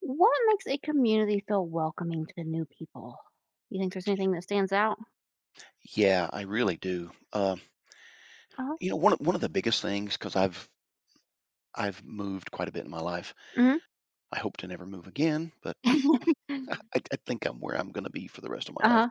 What makes a community feel welcoming to new people? You think there's anything that stands out? Yeah, I really do. Uh-huh. One of the biggest things, because I've moved quite a bit in my life. Mhm. I hope to never move again, but I think I'm where I'm going to be for the rest of my life. Uh-huh.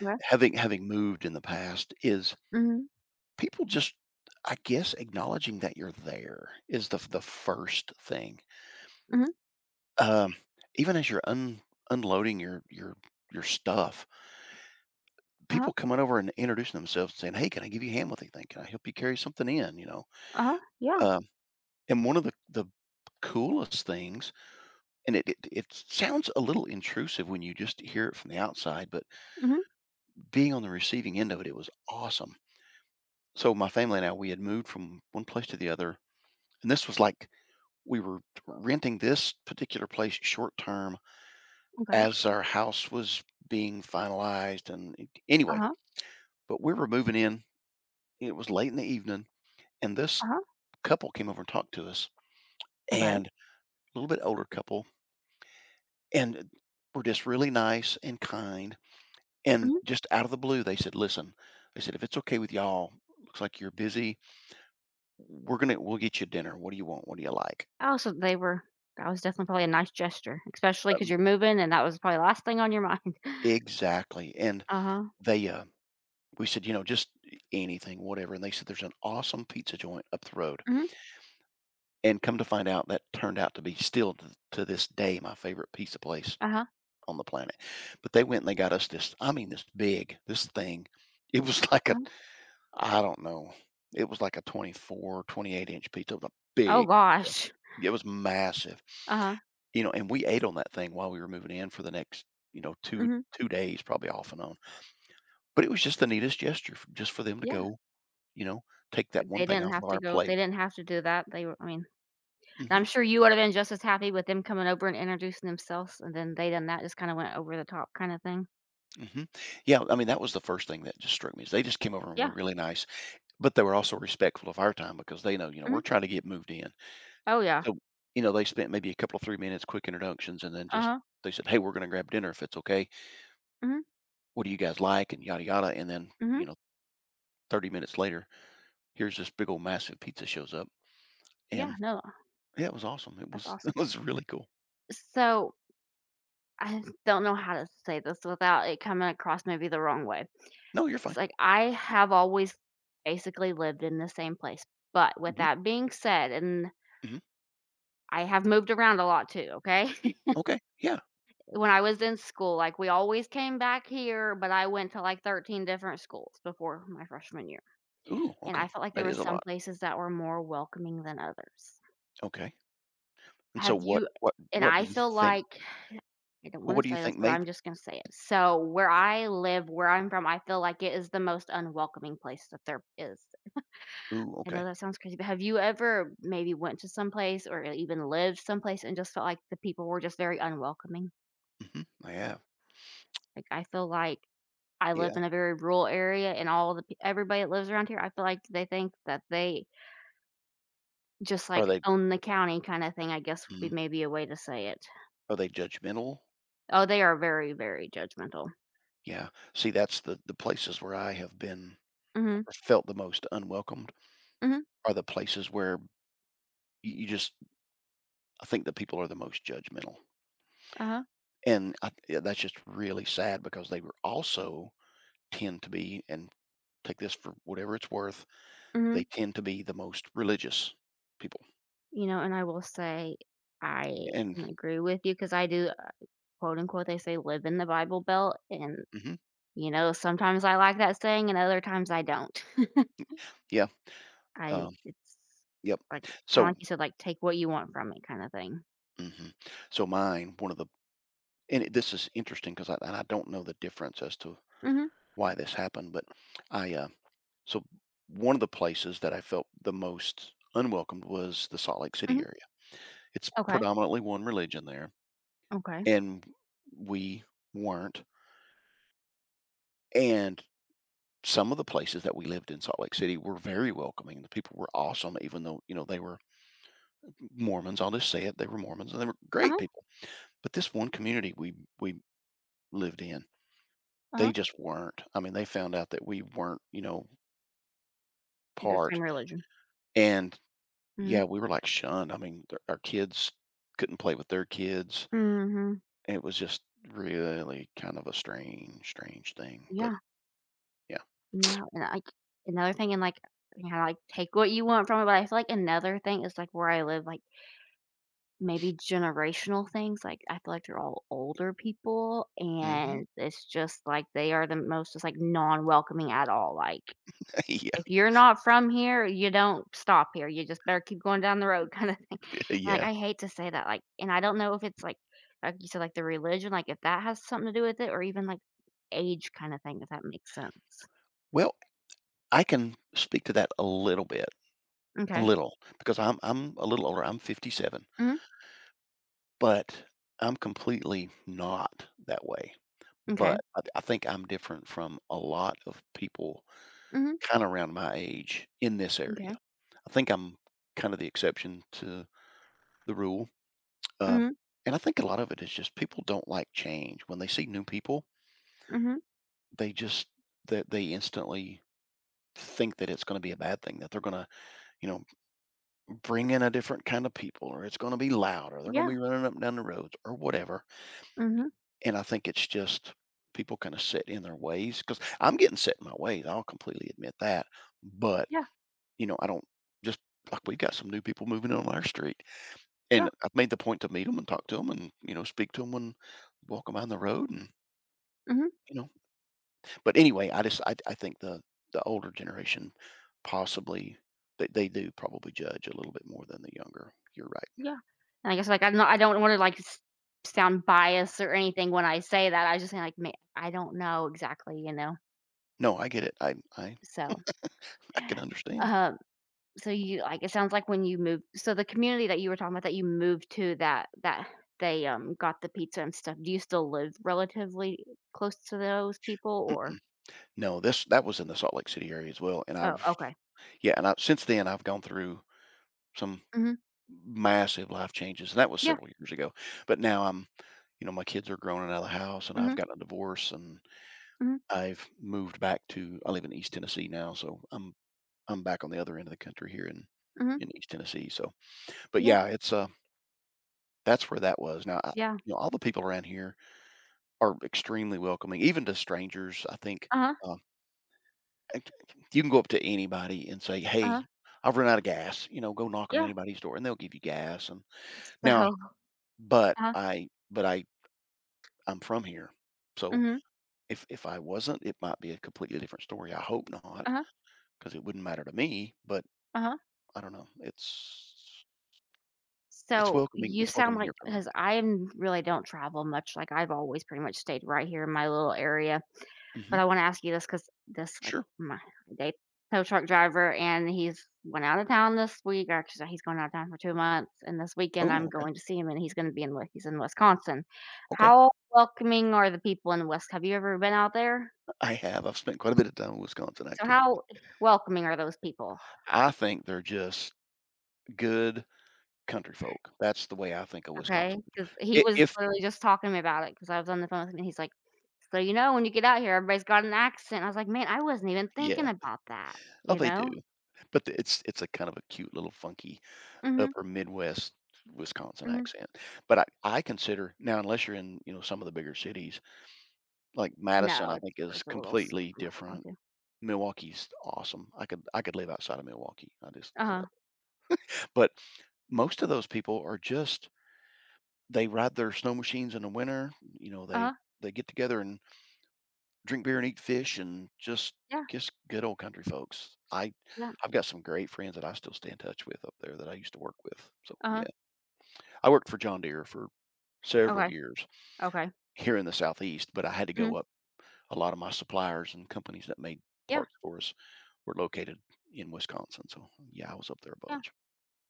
Right. Having moved in the past is Mhm. people just, I guess, acknowledging that you're there is the first thing. Mhm. Um, even as you're unloading your your stuff, Uh-huh. people coming over and introducing themselves, saying, "Hey, can I give you a hand with anything? Can I help you carry something in?" Uh-huh. Yeah. Uh, And one of the coolest things, and it sounds a little intrusive when you just hear it from the outside, but Mhm. being on the receiving end of it, it was awesome. So my family and I, we had moved from one place to the other, and this was like we were renting this particular place short term Okay. as our house was being finalized. Uh-huh. But we were moving in. It was late in the evening, and this Uh-huh. couple came over and talked to us, Okay. and a little bit older couple, and were just really nice and kind. And Mhm. just out of the blue, they said, "Listen," they said, "if it's okay with y'all, looks like you're busy. We'll get you dinner. What do you want? What do you like?" Also, they were that was definitely probably a nice gesture, especially because 'cause Um, you're moving, and that was probably the last thing on your mind. exactly. And Uh-huh. they we said, you know, just anything, whatever. And they said, "There's an awesome pizza joint up the road." Mhm. And come to find out, that turned out to be still to this day my favorite pizza place Uh-huh. on the planet. But they went and they got us this. I mean, this big, this thing. It was like a Uh-huh. I don't know. It was like a 24, 28-inch pizza. It was a Oh big pizza. gosh. It was massive. Uh-huh. You know, and we ate on that thing while we were moving in for the next, you know, two Mhm. two days probably off and on. But it was just the neatest gesture just for them to Yeah. go, you know, take that Like, one thing off of our they plate. didn't have to do that. They were I mean and hmm I'm sure you would have been just as happy with them coming over and introducing themselves, and then they done that, just kinda went over the top kinda thing. hmm Yeah, I mean that was the first thing that just struck me is they just came over and Yeah, were really nice, but they were also respectful of our time because they know, you know, mhm. we're trying to get moved in. Oh, yeah. So you know they spent maybe a couple of 3 minutes quick introductions, and then just Uh-huh. they said, hey, we're going to grab dinner if it's okay, Mhm, what do you guys like, and yada yada, and then mhm. you know 30 minutes later here's this big old massive pizza shows up. Yeah, And no, yeah, it was awesome, it that's was awesome. it was really cool. So, I don't know how to say this without it coming across maybe the wrong way. No, you're It's fine. like, I have always basically lived in the same place, but with hmm that being said, and hmm I have moved around a lot too, okay? okay, yeah. When I was in school, like, we always came back here, but I went to, like, 13 different schools before my freshman year. Ooh, And okay. I felt like there That were is a some lot. places that were more welcoming than others. Okay, and so Have what you what and what I do you feel think? like I don't Well, wanna what do you say this, think but I'm made just gonna say it. So, where I live, where I'm from, I feel like it is the most unwelcoming place that there is. ooh I know okay. that sounds crazy, but have you ever maybe went to some place or even lived someplace and just felt like the people were just very unwelcoming? I have. Like, I feel like I Yeah, live in a very rural area, and all the p everybody that lives around here, I feel like they think that they just are like they own the county kinda thing, I guess, would be mhm. maybe a way to say it. Are they judgmental? Oh, they are very, very judgmental. Yeah, see, that's the places where I have been Mhm, or felt the most unwelcomed mhm, are the places where you just I think the people are the most judgmental. uh-huh, And I, yeah, that's just really sad because they were also tend to be, and take this for whatever it's worth, mhm. they tend to be the most religious people. You know, and I will say I And can agree with you because I do, quote, unquote, they say, live in the Bible Belt, and, hmm you know, sometimes I like that saying and other times I don't. yeah, I um, it's yep. like kinda So, like you said, like, take what you want from it kinda thing. hmm so mine, one of the, and it, this is interesting because I, and I don't know the difference as to Mhm, why this happened, but I, uh, so one of the places that I felt the most unwelcomed was the Salt Lake City mhm, area. It's okay, predominantly one religion there, okay. and we weren't. And some of the places that we lived in Salt Lake City were very welcoming. The people were awesome, even though, you know, they were Mormons. I'll just say it. They were Mormons and they were great Uh-huh, people. But this one community we lived in, uh-huh. they just weren't. I mean, they found out that we weren't, you know, The same part. religion. And Mhm, yeah, we were like shunned. I mean, our kids couldn't play with their kids. mhm, It was just really kind of a strange, strange thing. But yeah. yeah. No, and, like, another thing, and, like, you know, like, take what you want from it, but I feel like another thing is, like, where I live, like, maybe generational things, like, I feel like they're all older people, Hmm. and it's just, like, they are the most just, like, non-welcoming at all, like, Yeah. "If you're not from here, you don't stop here, you just better keep going down the road," kinda thing, and, like, Yeah. I hate to say that, and I don't know if it's, like you said, like, the religion, like, if that has something to do with it, or even, like, age kinda thing, if that makes sense. Well, I can speak to that a little bit. A Okay. little, because I'm a little older. I'm 57, Mhm. but I'm completely not that way. Okay. But I think I'm different from a lot of people Mhm, kind of around my age in this okay. area. I think I'm kind of the exception to the rule. Uh, Mhm, and I think a lot of it is just people don't like change. When they see new people, mhm. they just that they instantly think that it's going to be a bad thing, that they're going to, you know, bring in a different kind of people, or it's going to be loud, or they're going to Yeah, be running up and down the roads, or whatever. mhm, And I think it's just people kind of set in their ways, because I'm getting set in my ways. I'll completely admit that. But, yeah, you know, I don't just like we've got some new people moving in on our street. yeah, And I've made the point to meet them and talk to them and, you know, speak to them when them down the road. And, mhm, you know, but anyway, I just, I think the older generation possibly, they do probably judge a little bit more than the younger. You're right. yeah. And I guess, like, I do not I don't wanna, like, s sound biased or anything when I say that, I was just saying, like, "Ma "I don't know exactly," you know? No, I get it. So, I can understand. um, so you like, it sounds like when you moved, so the community that you were talking about that you moved to, that got the pizza and stuff, do you still live relatively close to those people? Mm-mm. Or No, that was in the Salt Lake City area as well. And Oh, I've, okay. yeah, and I since then, I've gone through some Mhm. massive life changes, and that was Yeah. several years ago. But now I'm, you know, my kids are grown and out of the house, and I've Mhm, gotten a divorce, and mhm, I've moved back to I live in East Tennessee now, so I'm back on the other end of the country here mhm. in East Tennessee, so but Yeah, yeah, it's, that's where that was. Now, I yeah. you know, all the people around here are extremely welcoming, even to strangers, I think, Uh-huh, um, and you can go up to anybody and say, "Hey, uh-huh. I've run out of gas," you know, go knock on Yeah. anybody's door, and they'll give you gas, and So now but uh-huh, I but I I'm from here. So mhm, if I wasn't, it might be a completely different story. I hope not, uh-huh, because it wouldn't matter to me. But uh-huh. I don't know. It's So welcoming. you It's sound welcoming like here for me. because I really don't travel much, like, I've always pretty much stayed right here in my little area, but Hmm. I wanna ask you this because this, like, Sure. my day tow truck driver, and he's went out of town this week, or actually he's going out of town for 2 months, and this weekend I'm Oh, okay. going to see him, and he's gonna be in Wis he's in Wisconsin. Okay. How welcoming are the people in West? Have you ever been out there? I have. I've spent quite a bit of time in Wisconsin So actually. how welcoming are those people? I think they're just good country folk. That's the way I think of Okay, Wisconsin people. because he I- was If literally just talking to me about it because I was on the phone with him, and he's like, "So, you know, when you get out here, everybody's got an accent." I was like, "Man, I wasn't even thinking yeah, about that," oh you they do. know? But the it's a kind of a cute little funky Mhm, upper Midwest Wisconsin mhm. accent. But I consider now unless you're in, you know, some of the bigger cities, like Madison, No, I think is it's a little s completely I'm not different. looking to. Milwaukee's awesome. I could live outside of Milwaukee. I just I Uh-huh, love it. But most of those people are just they ride their snow machines in the winter, you know, uh-huh, they get together and drink beer and eat fish and yeah, just good old country folks. I yeah, I've got some great friends that I still stay in touch with up there that I used to work with. So uh-huh, yeah. I worked for John Deere for several okay, years okay, here in the Southeast, but I had to go mhm, up. A lot of my suppliers and companies that made yeah, parts for us were located in Wisconsin. So yeah, I was up there a yeah. bunch.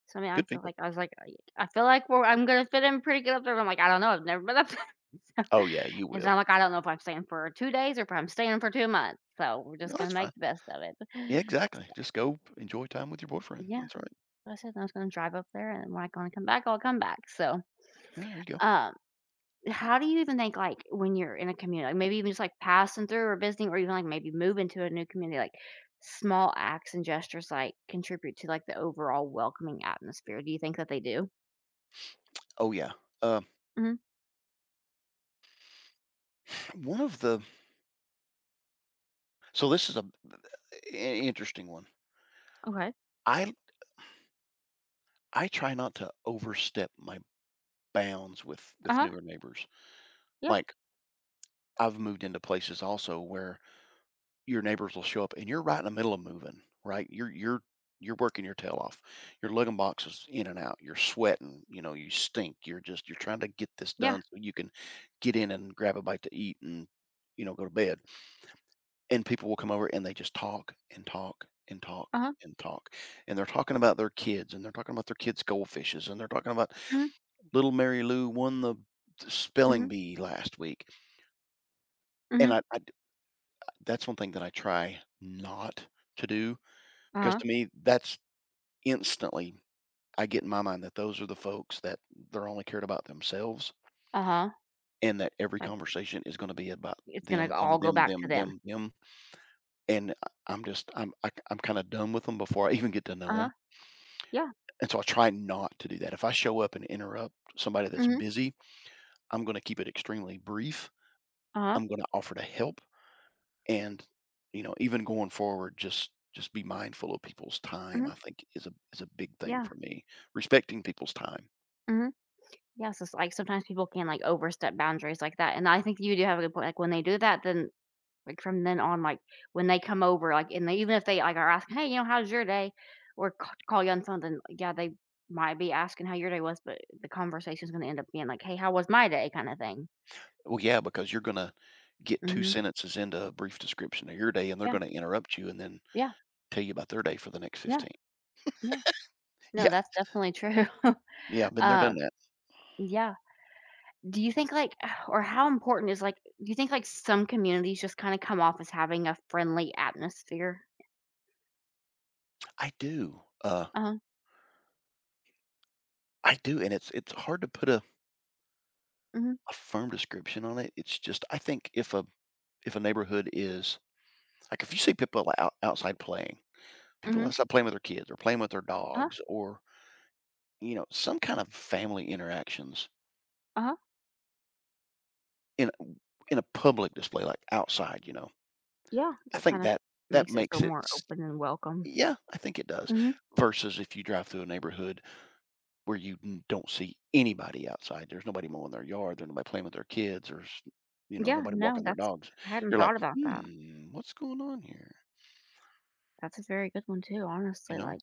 So, I mean, I Good feel people. like I feel like we're I'm gonna fit in pretty good up there. I'm like, "I don't know, I've never been up there." So Oh yeah, you it's not will. like I don't know if I'm staying for 2 days or if I'm staying for 2 months, so we're just No, gonna that's make fine. the best of it. Yeah, exactly. Just go enjoy time with your boyfriend. Yeah. That's right. I said I was gonna drive up there, and when I gonna come back, I'll come back. So, Yeah, there you go. um, how do you even think, like, when you're in a community, like, maybe even just, like, passing through or visiting, or even, like, maybe moving to a new community, like, small acts and gestures, like, contribute to, like, the overall welcoming atmosphere? Do you think that they do? Oh yeah. Uh, Mhm. one of the so this is a interesting one. Okay. I I try not to overstep my bounds with Uh-huh. newer neighbors. Yeah. Like, I've moved into places also where your neighbors will show up and you're right in the middle of moving, right? You're working your tail off. You're lugging boxes in and out. You're sweating, you know, you stink. You're just you're trying to get this Yeah. done so you can get in and grab a bite to eat and you know go to bed. And people will come over and they just talk and talk and talk Uh-huh. and talk. And they're talking about their kids, and they're talking about their kids' goldfishes, and they're talking about Mhm. little Mary Lou won the spelling Mhm. bee last week. And Mhm. I that's one thing that I try not to do. Because Uh-huh. to me, that's instantly I get in my mind that those are the folks that they're only cared about themselves, Uh-huh. and that every Like, conversation is gonna be about it's gonna them, them, all go them, back to them, them. them, them, and I I'm just I'm I I'm kinda done with them before I even get to know Uh-huh. them. Yeah. And so I try not to do that. If I show up and interrupt somebody that's Mhm. busy, I'm gonna keep it extremely brief. Uh-huh. I'm gonna offer to help and, you know, even going forward, just be mindful of people's time, Mhm. I think, is a big thing Yeah. for me, respecting people's time. Mhm. Yes, it's like sometimes people can, like, overstep boundaries like that, and I think you do have a good point, like, when they do that, then, like, from then on, like, when they come over, like, and they even if they, like, are asking, "Hey, you know, how's your day?" or c call you on something, yeah, they might be asking how your day was, but the conversation's gonna end up being like, "Hey, how was my day?" kinda thing. Well, yeah, because you're gonna get 2 Mhm. sentences into a brief description of your day, and they're Yeah, gonna interrupt you and then yeah, tell you about their day for the next yeah, 15. yeah. No, Yeah, that's definitely true. yeah, I've been there, done Um, that. yeah. Do you think, like or how important is, do you think, like, some communities just kinda come off as having a friendly atmosphere? I do, uh, Uh-huh. I do, and it's hard to put Mhm. a firm description on it. It's just I think if a neighborhood is like, if you see people out outside playing, people Mhm. outside playing with their kids or playing with their Uh-huh, dogs, or, you know, some kind of family interactions uh-huh. in in a public display, like, outside, you know? Yeah, I that think kinda that that makes it makes feel it more open and welcome. yeah, I think it does. Mhm. Versus if you drive through a neighborhood where you don't see anybody outside, there's nobody mowing their yard, there's nobody playing with their kids, there's you know Yeah, nobody no, walking their that's dogs. I hadn't You're like, thought about that. hmm, what's going on here? That's a very good one too, honestly, You know, like,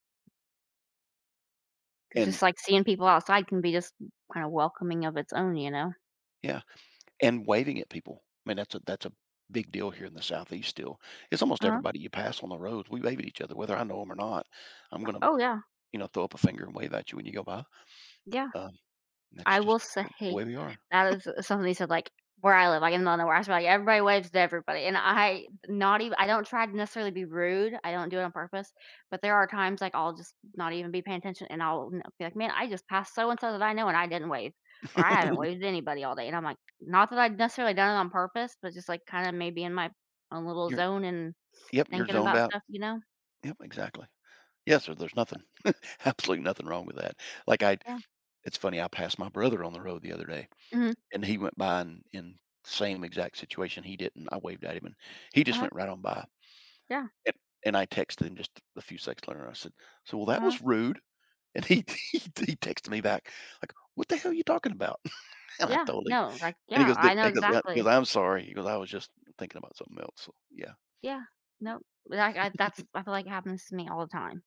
it's just and like seeing people outside can be just kinda welcoming of its own, you know? yeah, and waving at people. I mean, that's a big deal here in the Southeast. Still, it's almost Uh-huh. everybody you pass on the roads. We wave at each other, whether I know them or not. I'm gonna Oh, yeah. you know throw up a finger and wave at you when you go by. Yeah. Um, that's I just will the say way we are. that is something they said, like, where I live, like, in Illinois, where I was like, everybody waves to everybody, and I not even I don't try to necessarily be rude, I don't do it on purpose, but there are times, like, I'll just not even be paying attention, and I'll n be like, "Man, I just passed so and so that I know, and I didn't wave," or, "I haven't waved to anybody all day," and I'm like, not that I'd necessarily done it on purpose, but just, like, kinda maybe in my own little You're zone and yep, you're thinking zoned about out. stuff, you know? Yep, exactly. Yes, sir, there's nothing absolutely nothing wrong with that. Like, I Yeah. it's funny, I passed my brother on the road the other day, Mhm. and he went by in same exact situation. He didn't I waved at him, and he just Uh-huh. went right on by, Yeah. and I texted him just a few seconds later, and I said, "So, well, that Uh-huh. was rude," and he he texted me back, like, "What the hell are you talking about?" And I Yeah. told him, No, like, and he yeah, goes, I "Dude," know he goes, "Yeah," he goes, exactly. "I'm sorry." He goes, "I was just thinking about something else." So, yeah. Yeah. No, like, I feel like it happens to me all the time.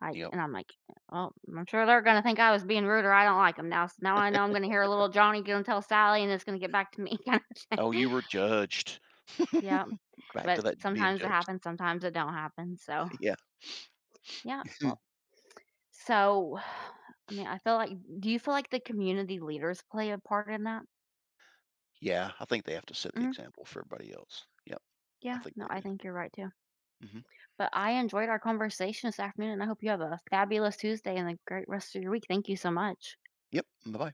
Like, Yep. and I'm like, "Oh, I'm sure they're gonna think I was being rude or I don't like them now, so now I know I'm gonna hear a little Johnny gonna tell Sally and it's gonna get back to me," kinda "Oh, thing. you were judged." Yeah, Back to but that being sometimes it judged. happens, sometimes it don't happen, so, Yeah. yeah, well so, I mean, I feel like do you feel like the community leaders play a part in that? Yeah, I think they have to set the Mhm. example for everybody else. Yep, I Yeah. think No, I they think you're right too. do. Hmm. But I enjoyed our conversation this afternoon, and I hope you have a fabulous Tuesday and a great rest of your week. Thank you so much. Yep. Bye bye.